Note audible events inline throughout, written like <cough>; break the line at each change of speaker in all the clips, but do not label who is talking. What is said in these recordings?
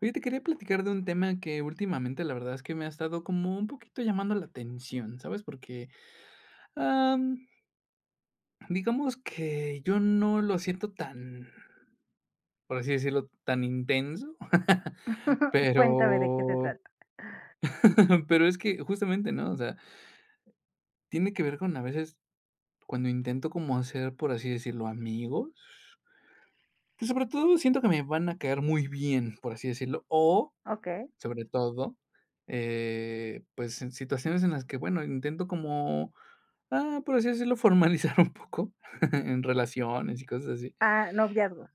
Oye, te quería platicar de un tema que últimamente la verdad es que me ha estado como un poquito llamando la atención, ¿sabes? Am, digamos que yo no lo siento tan, por así decirlo, tan intenso, <laughs>
<laughs> Cuéntame de qué se
pero
trata.
<laughs> pero es que justamente, ¿no? O sea, tiene que ver con a veces cuando intento como hacer, por así decirlo, amigos, que sobre todo siento que me van a caer muy bien, por así decirlo, o
Okey.
sobre todo, pues en situaciones en las que, bueno, intento como por así decirlo, formalizar un poco <laughs> en relaciones y cosas así.
Ah, noviazgos.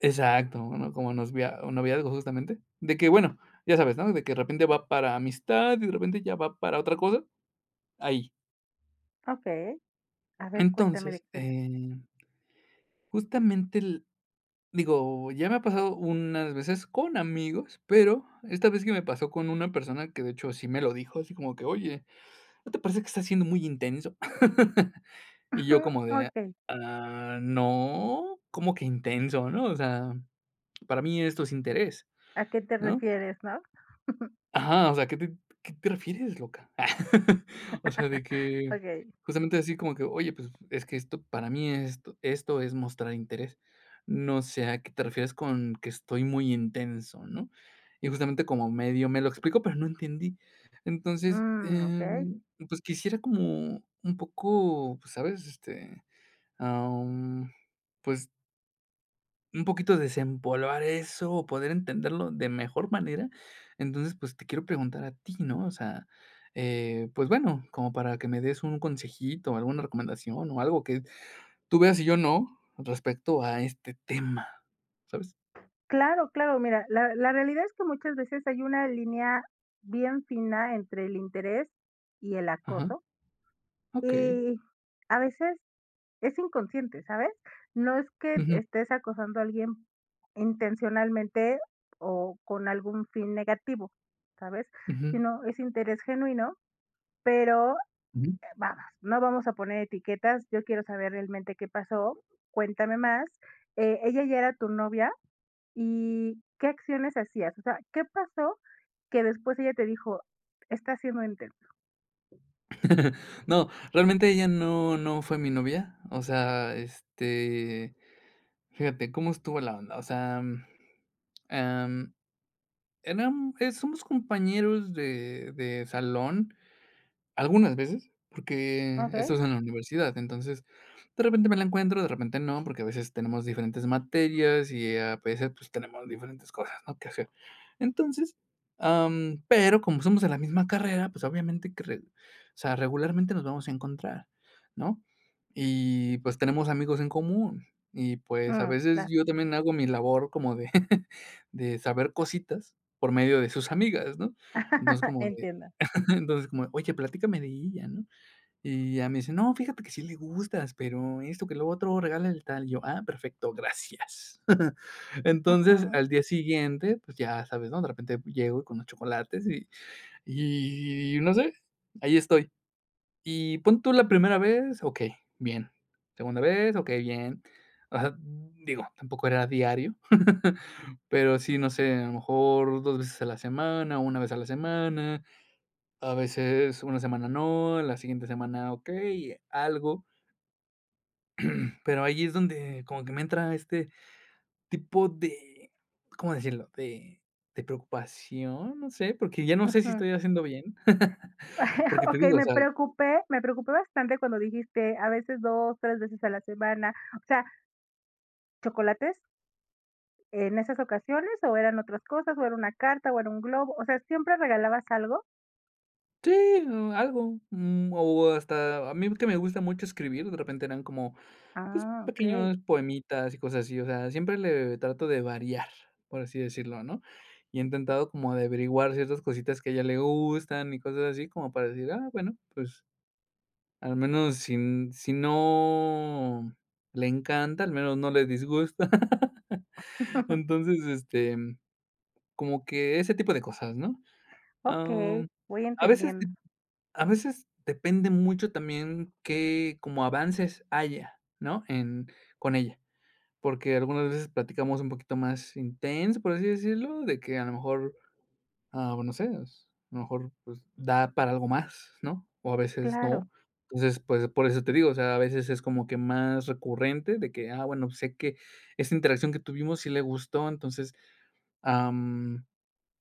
Exacto, ¿no? Como nosvia o noviazgo, justamente. De que, bueno, ya sabes, ¿no? De que de repente va para amistad y de repente ya va para otra cosa, ahí.
Okey. A ver, cuéntame de
Entonces,
qué se trata.
eh, justamente el digo, ya me ha pasado unas veces con amigos, pero esta vez que me pasó con una persona que, de hecho, sí me lo dijo, así como que: "Oye, ¿no te parece que está siendo muy intenso?" <laughs> Y yo
<laughs>
como de,
Okey.
no, como que intenso, ¿no? O sea, para mí esto es interés,
¿A qué te
¿no?
refieres, no?
Ajá, o sea, ¿ qué te refieres, loca? <laughs> O sea, de que
Okey.
justamente así como que, oye, pues es que esto para mí esto es mostrar interés. No sé a qué te refieres con que estoy muy intenso, ¿no? Y justamente como medio me lo explico pero no entendí. Entonces,
Mm, okey.
em, pues quisiera como un poco, pues, ¿sabes? Am, pues, un poquito desempolvar eso, o poder entenderlo de mejor manera. Entonces, pues, te quiero preguntar a ti, ¿no? O sea, pues, bueno, como para que me des un consejito, alguna recomendación, o algo que tú veas y yo no, respecto a este tema, ¿sabes?
Claro, claro, mira, la realidad es que muchas veces hay una línea bien fina entre el interés y el
Ajá,
acoso,
okey.
y a veces es inconsciente, ¿sabes? No es que
Ujú,
estés acosando a alguien intencionalmente o con algún fin negativo, ¿sabes?
ujú,
Sino es interés genuino, pero
ujú.
vamos, no vamos a poner etiquetas. Yo quiero saber realmente qué pasó. Cuéntame más. ¿Ella ya era tu novia y qué acciones hacías? O sea, ¿qué pasó que después ella te dijo, está siendo intenso?
<laughs> No, realmente ella no fue mi novia. O sea, este, fíjate cómo estuvo la onda. O sea, am, somos compañeros de salón, algunas veces, porque esto
Ok.
es en la universidad, entonces, de repente me la encuentro, de repente no, porque a veces tenemos diferentes materias y a veces, pues, tenemos diferentes cosas, ¿no?, que hacer. Entonces, pero como somos de la misma carrera, pues, obviamente que re o sea, regularmente nos vamos a encontrar, ¿no? Y, pues, tenemos amigos en común y, pues, a
Mm,
veces
claro.
yo también hago mi labor como de <laughs> de saber cositas por medio de sus amigas, ¿no? Entonces,
<laughs>
como de
Entiendo.
entonces, como, oye, platícame de ella, ¿no? Y ya me dice, no, fíjate que sí le gustas, pero esto que lo otro, regálale tal. Y yo, ah, perfecto, gracias. <laughs> Entonces,
Ujú,
al día siguiente, pues ya sabes, ¿no? De repente llego con los chocolates y no sé, ahí estoy. Y pon tú la primera vez, ok, bien. Segunda vez, ok, bien. O sea, digo, tampoco era diario, <laughs> pero sí, no sé, a lo mejor dos veces a la semana, una vez a la semana, a veces una semana no, la siguiente semana okey, algo, pero ahí es donde como que me entra este tipo de, ¿cómo decirlo?, de preocupación, no sé, porque ya no sé si
ujú.
estoy haciendo bien, <laughs>
<laughs>
porque te
Okey,
digo, o
me
sea,
preocupé me preocupé bastante cuando dijiste, a veces 2, 3 veces a la semana. O sea, ¿chocolates en esas ocasiones o eran otras cosas, o era una carta, o era un globo? O sea, ¿siempre regalabas algo?
sí, o algo, mm, o hasta a mí que me gusta mucho escribir, de repente eran como pues,
Ah, okey.
pequeños poemitas y cosas así, o sea, siempre le trato de variar, por así decirlo, ¿no? Y he intentado como de averiguar ciertas cositas que a ella le gustan y cosas así, como para decir, ah, bueno, pues, al menos si no le encanta, al menos no le disgusta. <laughs> Entonces, este, como que ese tipo de cosas, ¿no? Am,
Okey, <laughs> voy
a veces de
entendiendo.
a veces depende mucho también qué como avances haya, ¿no? En con ella. Porque algunas veces platicamos un poquito más intenso, por así decirlo, de que a lo mejor, ah, bueno, no sé, a lo mejor, pues, da para algo más, ¿no? O a veces no.
Claro.
Entonces, pues, por eso te digo, o sea, a veces es como que más recurrente de que, ah, bueno, sé que esta interacción que tuvimos sí le gustó, entonces, am,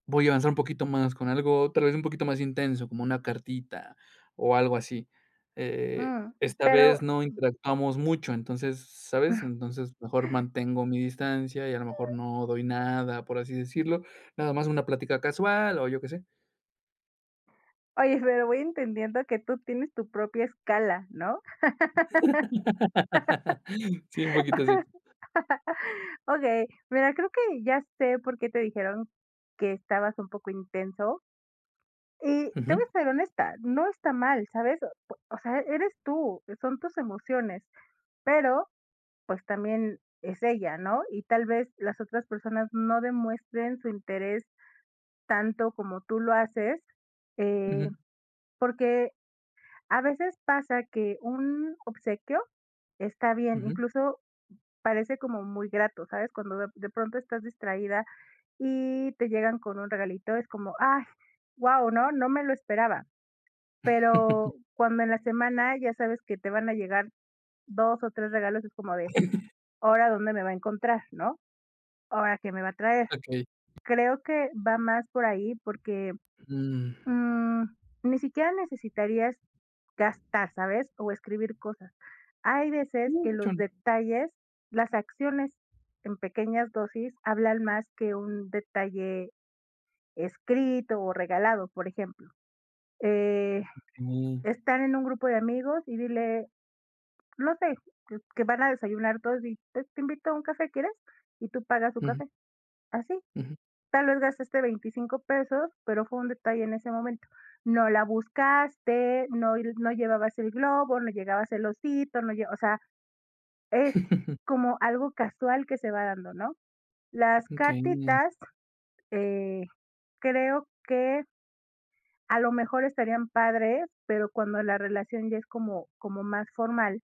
voy a avanzar un poquito más con algo, tal vez, un poquito más intenso, como una cartita o algo así. Eh,
Mm,
esta vez
pero,
no interactuamos mucho, entonces, ¿sabes?
<laughs>
Entonces, mejor mantengo mi distancia y a lo mejor no doy nada, por así decirlo, nada más una plática casual o yo qué sé.
oye, pero voy entendiendo que tú tienes tu propia escala, ¿no?
<laughs> Sí, un poquito así.
Okey, mira, creo que ya sé por qué te dijeron que estabas un poco intenso, y te
Ujú,
voy a ser honesta, no está mal, ¿sabes? Po o sea, eres tú, son tus emociones, pero, pues, también es ella, ¿no? Y tal vez las otras personas no demuestren su interés tanto como tú lo haces, eh,
ujú,
porque a veces pasa que un obsequio está bien,
ujú.
incluso parece como muy grato, ¿sabes? Cuando de pronto estás distraída y te llegan con un regalito, es como, ay, guau, ¿no? No me lo esperaba. Pero
<laughs>
cuando en la semana ya sabes que te van a llegar 2 o 3 regalos, es como de, ¿ahora dónde me va a encontrar, no? ¿Ahora qué me va a traer?
Okey.
Creo que va más por ahí porque,
Mm.
mm, ni siquiera necesitarías gastar, ¿sabes? O escribir cosas. Hay veces
No,
que
de hecho,
los
okey.
detalles, las acciones en pequeñas dosis hablan más que un detalle escrito o regalado, por ejemplo. Eh, Estar en un grupo de amigos y dile, no sé, que van a desayunar todos y, pues, te invito a un café, ¿quieres? Y tú pagas su
Ujú,
café, así.
ujú.
Tal vez gastaste 25 pesos, pero fue un detalle en ese momento. No la buscaste, no llevabas el globo, no llegabas el osito, no lle o sea, es
<laughs>
como algo casual que se va dando, ¿no? Las
Okey,
cartitas, eh, creo que a lo mejor estarían padres, pero cuando la relación ya es como más formal,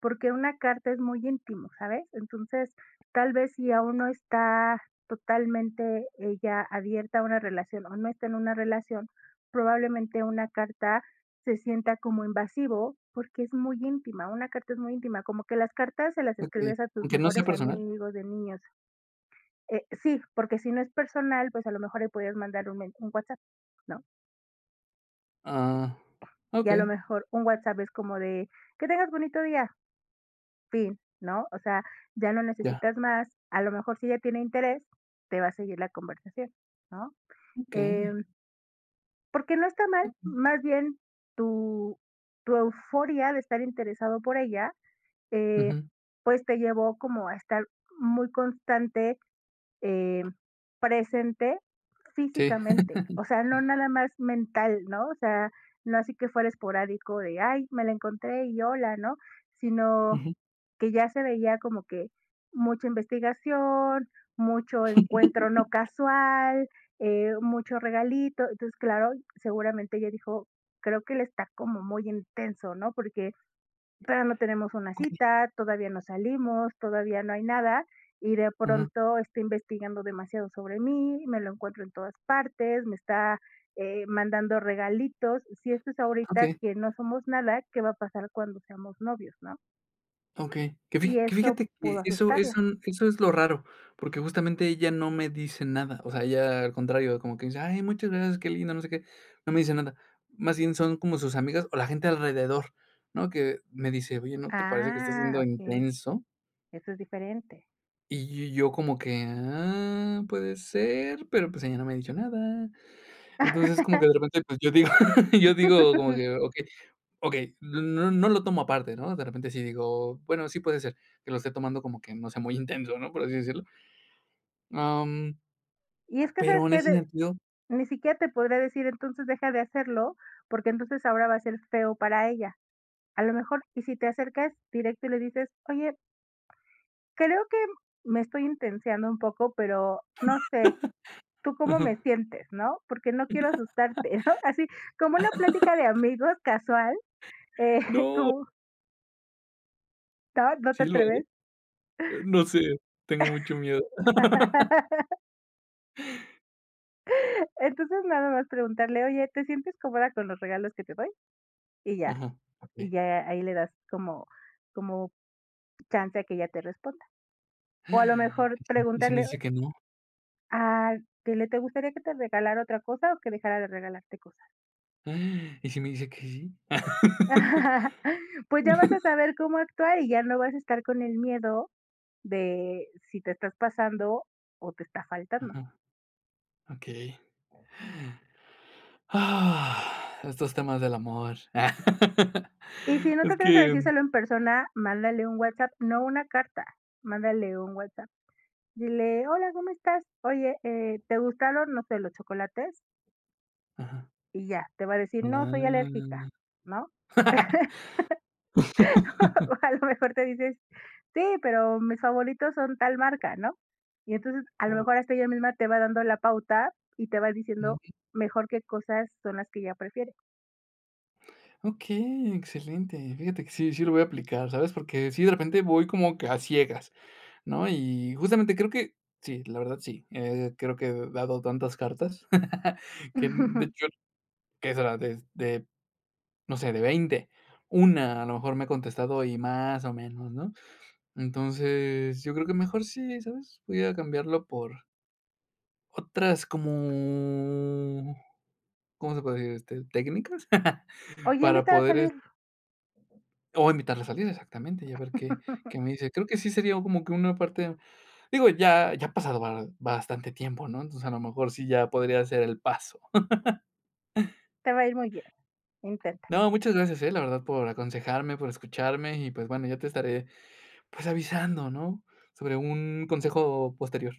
porque una carta es muy íntimo, ¿sabes? Entonces, tal vez si aún no está totalmente ella abierta a una relación o no está en una relación, probablemente una carta se sienta como invasivo porque es muy íntima, una carta es muy íntima, como que las cartas se las
okey.
escribías a tus
¿Aunque no sea
mejores
personal?
amigos de niños. Sí, porque si no es personal, pues a lo mejor le podías mandar un WhatsApp, ¿no?
Ah,
Y a lo
okey.
mejor un WhatsApp es como de: "Que tengas bonito día", fin, ¿no? O sea, ya no
Ya,
necesitas más. A lo mejor si ella tiene interés, te va a seguir la conversación, ¿no?
okey,
Em, Porque no está mal,
okey.
más bien tu tu euforia de estar interesado por ella, eh,
Ujú,
pues, te llevó como a estar muy constante eh, presente
sí.
físicamente, o sea, no nada más mental, ¿no? O sea, no así que fuera esporádico de, ay, me la encontré y hola, ¿no? Sino
Ujú.
que ya se veía como que mucha investigación, mucho encuentro
<laughs>
no casual, mucho regalito. Entonces, claro, seguramente ella dijo, creo que él está como muy intenso, ¿no? Porque pero no tenemos una
Okey,
cita, todavía no salimos, todavía no hay nada, y de
ujú,
pronto está investigando demasiado sobre mí, me lo encuentro en todas partes, me está mandando regalitos. Si esto es ahorita
okey,
que no somos nada, ¿qué va a pasar cuando seamos novios, no?
okey. Que fi
Y
que
eso
fíjate que
pudo
eso
asustarla.
eso eso es lo raro, porque justamente ella no me dice nada, o sea, ella al contrario, como que dice: "Ay, muchas gracias, qué lindo, no sé qué", no me dice nada. Más bien son como sus amigas o la gente alrededor, ¿no? Que me dice: "Oye, ¿no te parece que estás siendo
Ah, ok,
intenso?"
eso es diferente.
Y yo como que: "Ah, puede ser", pero, pues, ella no me ha dicho nada. Entonces, como que de
<laughs>
repente, pues, yo digo <laughs> yo digo como que: "Okey". Okey, no lo tomo aparte, ¿no? De repente sí digo, bueno, sí puede ser que lo esté tomando como que no sea muy <laughs> intenso, ¿no? Por así decirlo. Am,
Y es que, ¿sabes
pero en
qué?
ese
De-
sentido
ni siquiera te podría decir, entonces deja de hacerlo, porque entonces ahora va a ser feo para ella. A lo mejor, y si te acercas directo y le dices: "Oye, creo que me estoy intensiando un poco, pero no sé, ¿tú cómo
ajá.
me sientes?", ¿no? Porque no quiero asustarte, <laughs> ¿no? Así como una plática de amigos casual, eh, <laughs>
No,
como ¿no? ¿No
¿sí
te
lo hago?
atreves?
No sé, tengo mucho miedo.
<laughs> Entonces, nada más preguntarle: "Oye, ¿te sientes cómoda con los regalos que te doy?", y ya,
Ajá,
y
okey.
ya ahí le das como como chance a que ella te responda. O a lo
<gasps>
mejor
¿Y si me
preguntarle:
dice que no?
Ah, dile, ¿te gustaría que te regalara otra cosa o que dejara de regalarte cosas?
<gasps> ¿Y si me dice que sí? <laughs>
<laughs> Pues ya vas a saber cómo actuar y ya no vas a estar con el miedo de si te estás pasando o te está faltando.
Ajá, ok. Ah, estos temas del amor. <laughs>
Y si no te
Es
atreves a
que
decírselo en persona, mándale un WhatsApp, no una carta, mándale un WhatsApp. Dile, hola, ¿cómo estás? Oye, ¿te gustaron, no sé, los chocolates?
ajá.
Y ya, te va a decir, no, soy
Ah.
alérgica, ¿no?
<laughs>
<laughs> A lo mejor te dices: "Sí, pero mis favoritos son tal marca", ¿no? Y entonces, a lo
Oh.
mejor hasta ella misma te va dando la pauta y te va
No.
diciendo mejor qué cosas son las que ella prefiere.
Okey, excelente. Fíjate que sí, sí lo voy a aplicar, ¿sabes? Porque sí, de repente voy como que a ciegas, ¿no? Y justamente creo que sí, la verdad sí, creo que he dado tantas cartas <laughs> que, de hecho,
<laughs>
¿qué será? De, no sé, de 20, una a lo mejor me ha contestado y más o menos, ¿no? Entonces, yo creo que mejor sí, ¿sabes? Voy a cambiarlo por otras como, ¿cómo se puede decir? Este, ¿técnicas? <laughs>
Oye,
Para
invítala a
poder,
salir,
o invitarla a salir, exactamente, y a ver qué
<laughs>
qué me dice. Creo que sí sería como que una parte digo, ya ha pasado ba bastante tiempo, ¿no? Entonces, a lo mejor sí ya podría ser el paso.
te va a ir muy bien, inténtalo.
No, muchas gracias, la verdad, por aconsejarme, por escucharme y, pues, bueno, ya te estaré, pues, avisando, ¿no? Sobre un consejo posterior.